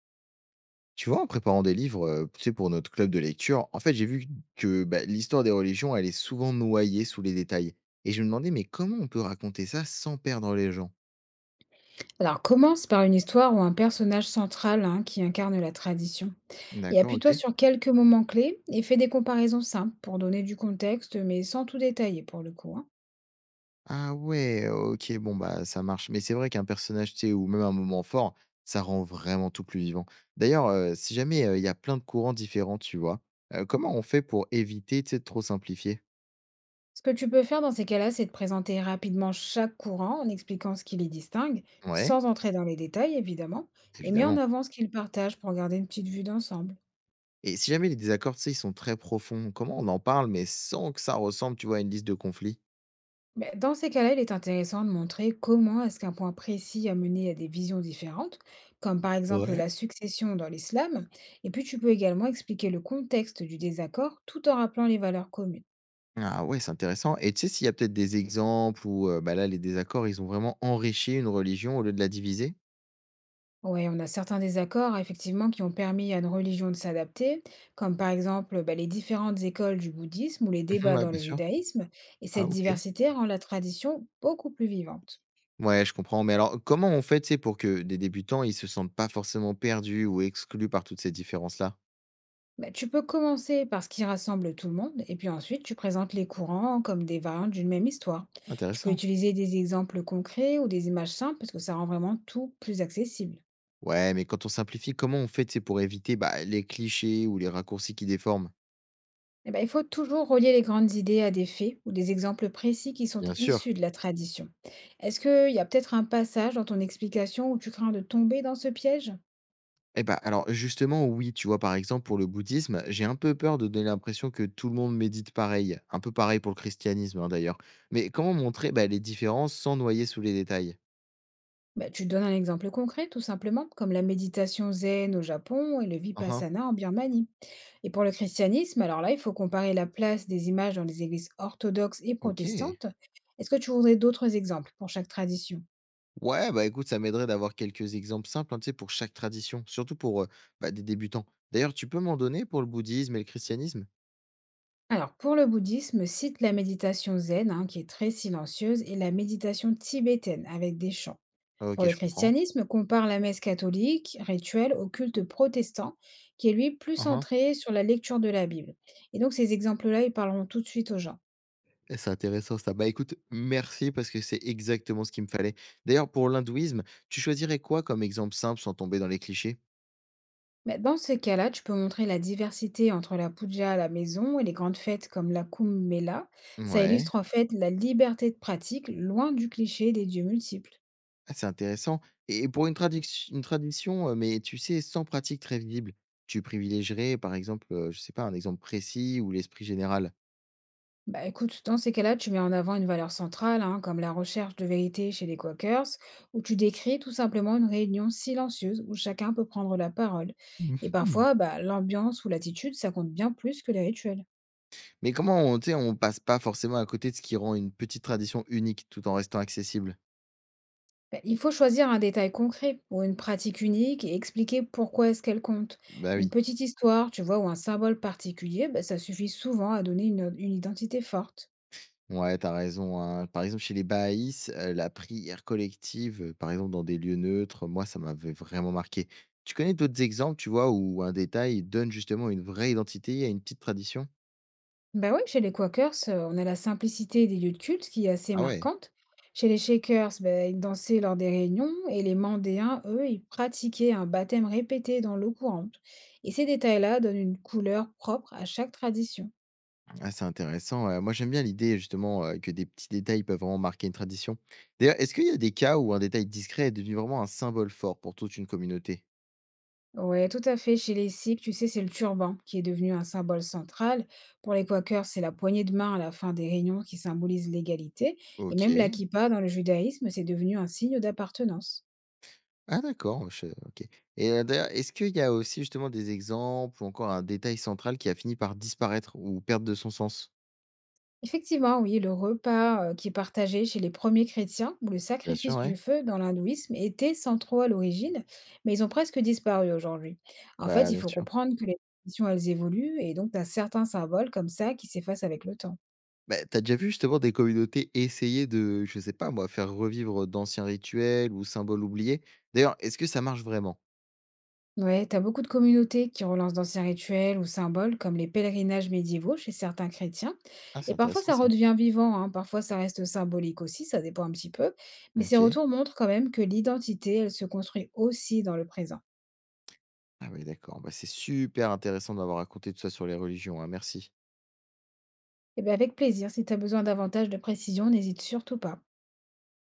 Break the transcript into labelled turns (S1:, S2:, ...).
S1: Tu vois, en préparant des livres, tu sais, pour notre club de lecture, en fait, j'ai vu que bah, l'histoire des religions, elle est souvent noyée sous les détails. Et je me demandais, mais comment on peut raconter ça sans perdre les gens?
S2: Alors, commence par une histoire ou un personnage central hein, qui incarne la tradition. Et
S1: D'accord,
S2: appuie-toi
S1: ok.
S2: sur quelques moments clés et fais des comparaisons simples pour donner du contexte, mais sans tout détailler pour le coup, hein.
S1: Ah ouais, ok, bon, bah, ça marche. Mais c'est vrai qu'un personnage, tu sais, ou même un moment fort, ça rend vraiment tout plus vivant. D'ailleurs, si jamais il y a plein de courants différents, tu vois, comment on fait pour éviter, tu sais, de trop simplifier?
S2: Ce que tu peux faire dans ces cas-là, c'est de présenter rapidement chaque courant en expliquant ce qui les distingue,
S1: Ouais,
S2: sans entrer dans les détails évidemment, et mets en
S1: évidemment.
S2: avant ce qu'ils partagent pour garder une petite vue d'ensemble.
S1: Et si jamais les désaccords, tu sais, ils sont très profonds, comment on en parle, mais sans que ça ressemble, tu vois, à une liste de conflits?
S2: Mais dans ces cas-là, il est intéressant de montrer comment est-ce qu'un point précis a mené à des visions différentes, comme par exemple la
S1: Ouais.
S2: succession dans l'islam, et puis tu peux également expliquer le contexte du désaccord tout en rappelant les valeurs communes.
S1: Ah ouais, c'est intéressant. Et tu sais s'il y a peut-être des exemples où, bah, là, les désaccords, ils ont vraiment enrichi une religion au lieu de la diviser?
S2: Oui, on a certains désaccords effectivement qui ont permis à une religion de s'adapter, comme par exemple bah, les différentes écoles du bouddhisme ou les
S1: Mmh
S2: débats
S1: ouais,
S2: dans
S1: bien
S2: le
S1: sûr.
S2: judaïsme, et
S1: Ah
S2: cette
S1: OK.
S2: diversité rend la tradition beaucoup plus vivante.
S1: Ouais, je comprends. Mais alors, comment on fait, tu sais, pour que des débutants, ils se sentent pas forcément perdus ou exclus par toutes ces différences-là?
S2: Bah, tu peux commencer par ce qui rassemble tout le monde, et puis ensuite tu présentes les courants comme des variantes d'une même histoire. Tu peux
S1: Intéressant.
S2: utiliser des exemples concrets ou des images simples parce que ça rend vraiment tout plus accessible.
S1: Ouais, mais quand on simplifie, comment on fait, tu sais, pour éviter, bah, les clichés ou les raccourcis qui déforment?
S2: Et ben, il faut toujours relier les grandes idées à des faits ou des exemples précis qui sont
S1: Bien sûr.
S2: issus de la tradition. Est-ce qu'il y a peut-être un passage dans ton explication où tu crains de tomber dans ce piège?
S1: Eh ben alors justement, oui, tu vois, par exemple, pour le bouddhisme, j'ai un peu peur de donner l'impression que tout le monde médite pareil. Un peu pareil pour le christianisme, hein, d'ailleurs. Mais comment montrer bah, les différences sans noyer sous les détails?
S2: Bah, tu donnes un exemple concret tout simplement, comme la méditation zen au Japon et le
S1: Uhum,
S2: vipassana en Birmanie. Et pour le christianisme, alors là, il faut comparer la place des images dans les églises orthodoxes et
S1: ok.
S2: protestantes. Est-ce que tu voudrais d'autres exemples pour chaque tradition?
S1: Ouais, bah écoute, ça m'aiderait d'avoir quelques exemples simples, hein, tu sais, pour chaque tradition, surtout pour bah, des débutants. D'ailleurs, tu peux m'en donner pour le bouddhisme et le christianisme?
S2: Alors, pour le bouddhisme, cite la méditation zen, hein, qui est très silencieuse, et la méditation tibétaine, avec des chants.
S1: Ah,
S2: Pour
S1: ok,
S2: le
S1: je comprends.
S2: christianisme, compare la messe catholique, rituel, au culte protestant, qui est lui plus
S1: Uhum.
S2: centré sur la lecture de la Bible. Et donc, ces exemples-là, ils parleront tout de suite aux gens.
S1: Et c'est intéressant ça. Bah écoute, merci parce que c'est exactement ce qu'il me fallait. D'ailleurs, pour l'hindouisme, tu choisirais quoi comme exemple simple sans tomber dans les clichés?
S2: Mais dans ces cas-là, tu peux montrer la diversité entre la puja à la maison et les grandes fêtes comme la Kumbh Mela. Ça
S1: Ouais.
S2: illustre en fait la liberté de pratique, loin du cliché des dieux multiples.
S1: Ah, c'est intéressant et pour une tradic une tradition, mais tu sais, sans pratique très visible, tu privilégierais par exemple, je sais pas, un exemple précis ou l'esprit général?
S2: Bah écoute, dans ces cas-là, tu mets en avant une valeur centrale, hein, comme la recherche de vérité chez les Quakers, ou tu décris tout simplement une réunion silencieuse où chacun peut prendre la parole. Et
S1: Mmh.
S2: parfois, bah, l'ambiance ou l'attitude, ça compte bien plus que les rituels.
S1: Mais comment on, tu sais, on passe pas forcément à côté de ce qui rend une petite tradition unique tout en restant accessible?
S2: Bah, il faut choisir un détail concret ou une pratique unique et expliquer pourquoi est-ce qu'elle compte.
S1: Bah
S2: Une
S1: oui,
S2: petite histoire, tu vois, ou un symbole particulier, bah, ça suffit souvent à donner une identité forte.
S1: ouais, t'as raison, hein. Par exemple, chez les Bahaïs, la prière collective, par exemple dans des lieux neutres, moi, ça m'avait vraiment marqué. Tu connais d'autres exemples, tu vois, où un détail donne justement une vraie identité à une petite tradition?
S2: Ben oui, chez les Quakers, on a la simplicité des lieux de culte qui est assez
S1: Ah ouais.
S2: marquante. Chez les Shakers, bah, ils dansaient lors des réunions et les Mandéens, eux, ils pratiquaient un baptême répété dans l'eau courante. Et ces détails-là donnent une couleur propre à chaque tradition.
S1: Ah, c'est intéressant, moi j'aime bien l'idée justement, que des petits détails peuvent vraiment marquer une tradition. D'ailleurs, est-ce qu'il y a des cas où un détail discret est devenu vraiment un symbole fort pour toute une communauté?
S2: Ouais, tout à fait. Chez les Sikhs, tu sais, c'est le turban qui est devenu un symbole central. Pour les Quakers, c'est la poignée de main à la fin des réunions qui symbolise l'égalité. Et même la
S1: OK.
S2: kippa dans le judaïsme, c'est devenu un signe d'appartenance.
S1: Ah d'accord, je OK. Et d'ailleurs, est-ce qu'il y a aussi justement des exemples ou encore un détail central qui a fini par disparaître ou perdre de son sens?
S2: Effectivement, oui, le repas qui est partagé chez les premiers chrétiens ou le
S1: Bien sûr,
S2: sacrifice
S1: ouais.
S2: du feu dans l'hindouisme étaient centraux à l'origine, mais ils ont presque disparu aujourd'hui. En fait,
S1: Bah,
S2: il
S1: bien
S2: faut
S1: sûr.
S2: comprendre que les traditions, elles évoluent et donc tu as certains symboles comme ça qui s'effacent avec le temps.
S1: Bah, t'as déjà vu justement des communautés essayer de, je sais pas moi, faire revivre d'anciens rituels ou symboles oubliés? D'ailleurs, est-ce que ça marche vraiment?
S2: Ouais, t'as beaucoup de communautés qui relancent d'anciens rituels ou symboles, comme les pèlerinages médiévaux chez certains chrétiens.
S1: Ah,
S2: Et
S1: c'est
S2: parfois,
S1: intéressant
S2: ça
S1: ça.
S2: redevient vivant, hein, parfois, ça reste symbolique aussi, ça dépend un petit peu. Mais ces
S1: OK.
S2: retours montrent quand même que l'identité, elle se construit aussi dans le présent.
S1: Ah oui, d'accord. Bah, c'est super intéressant d'avoir raconté tout ça sur les religions, hein, merci.
S2: Et bien, avec plaisir, si t'as besoin davantage de précision, n'hésite surtout pas.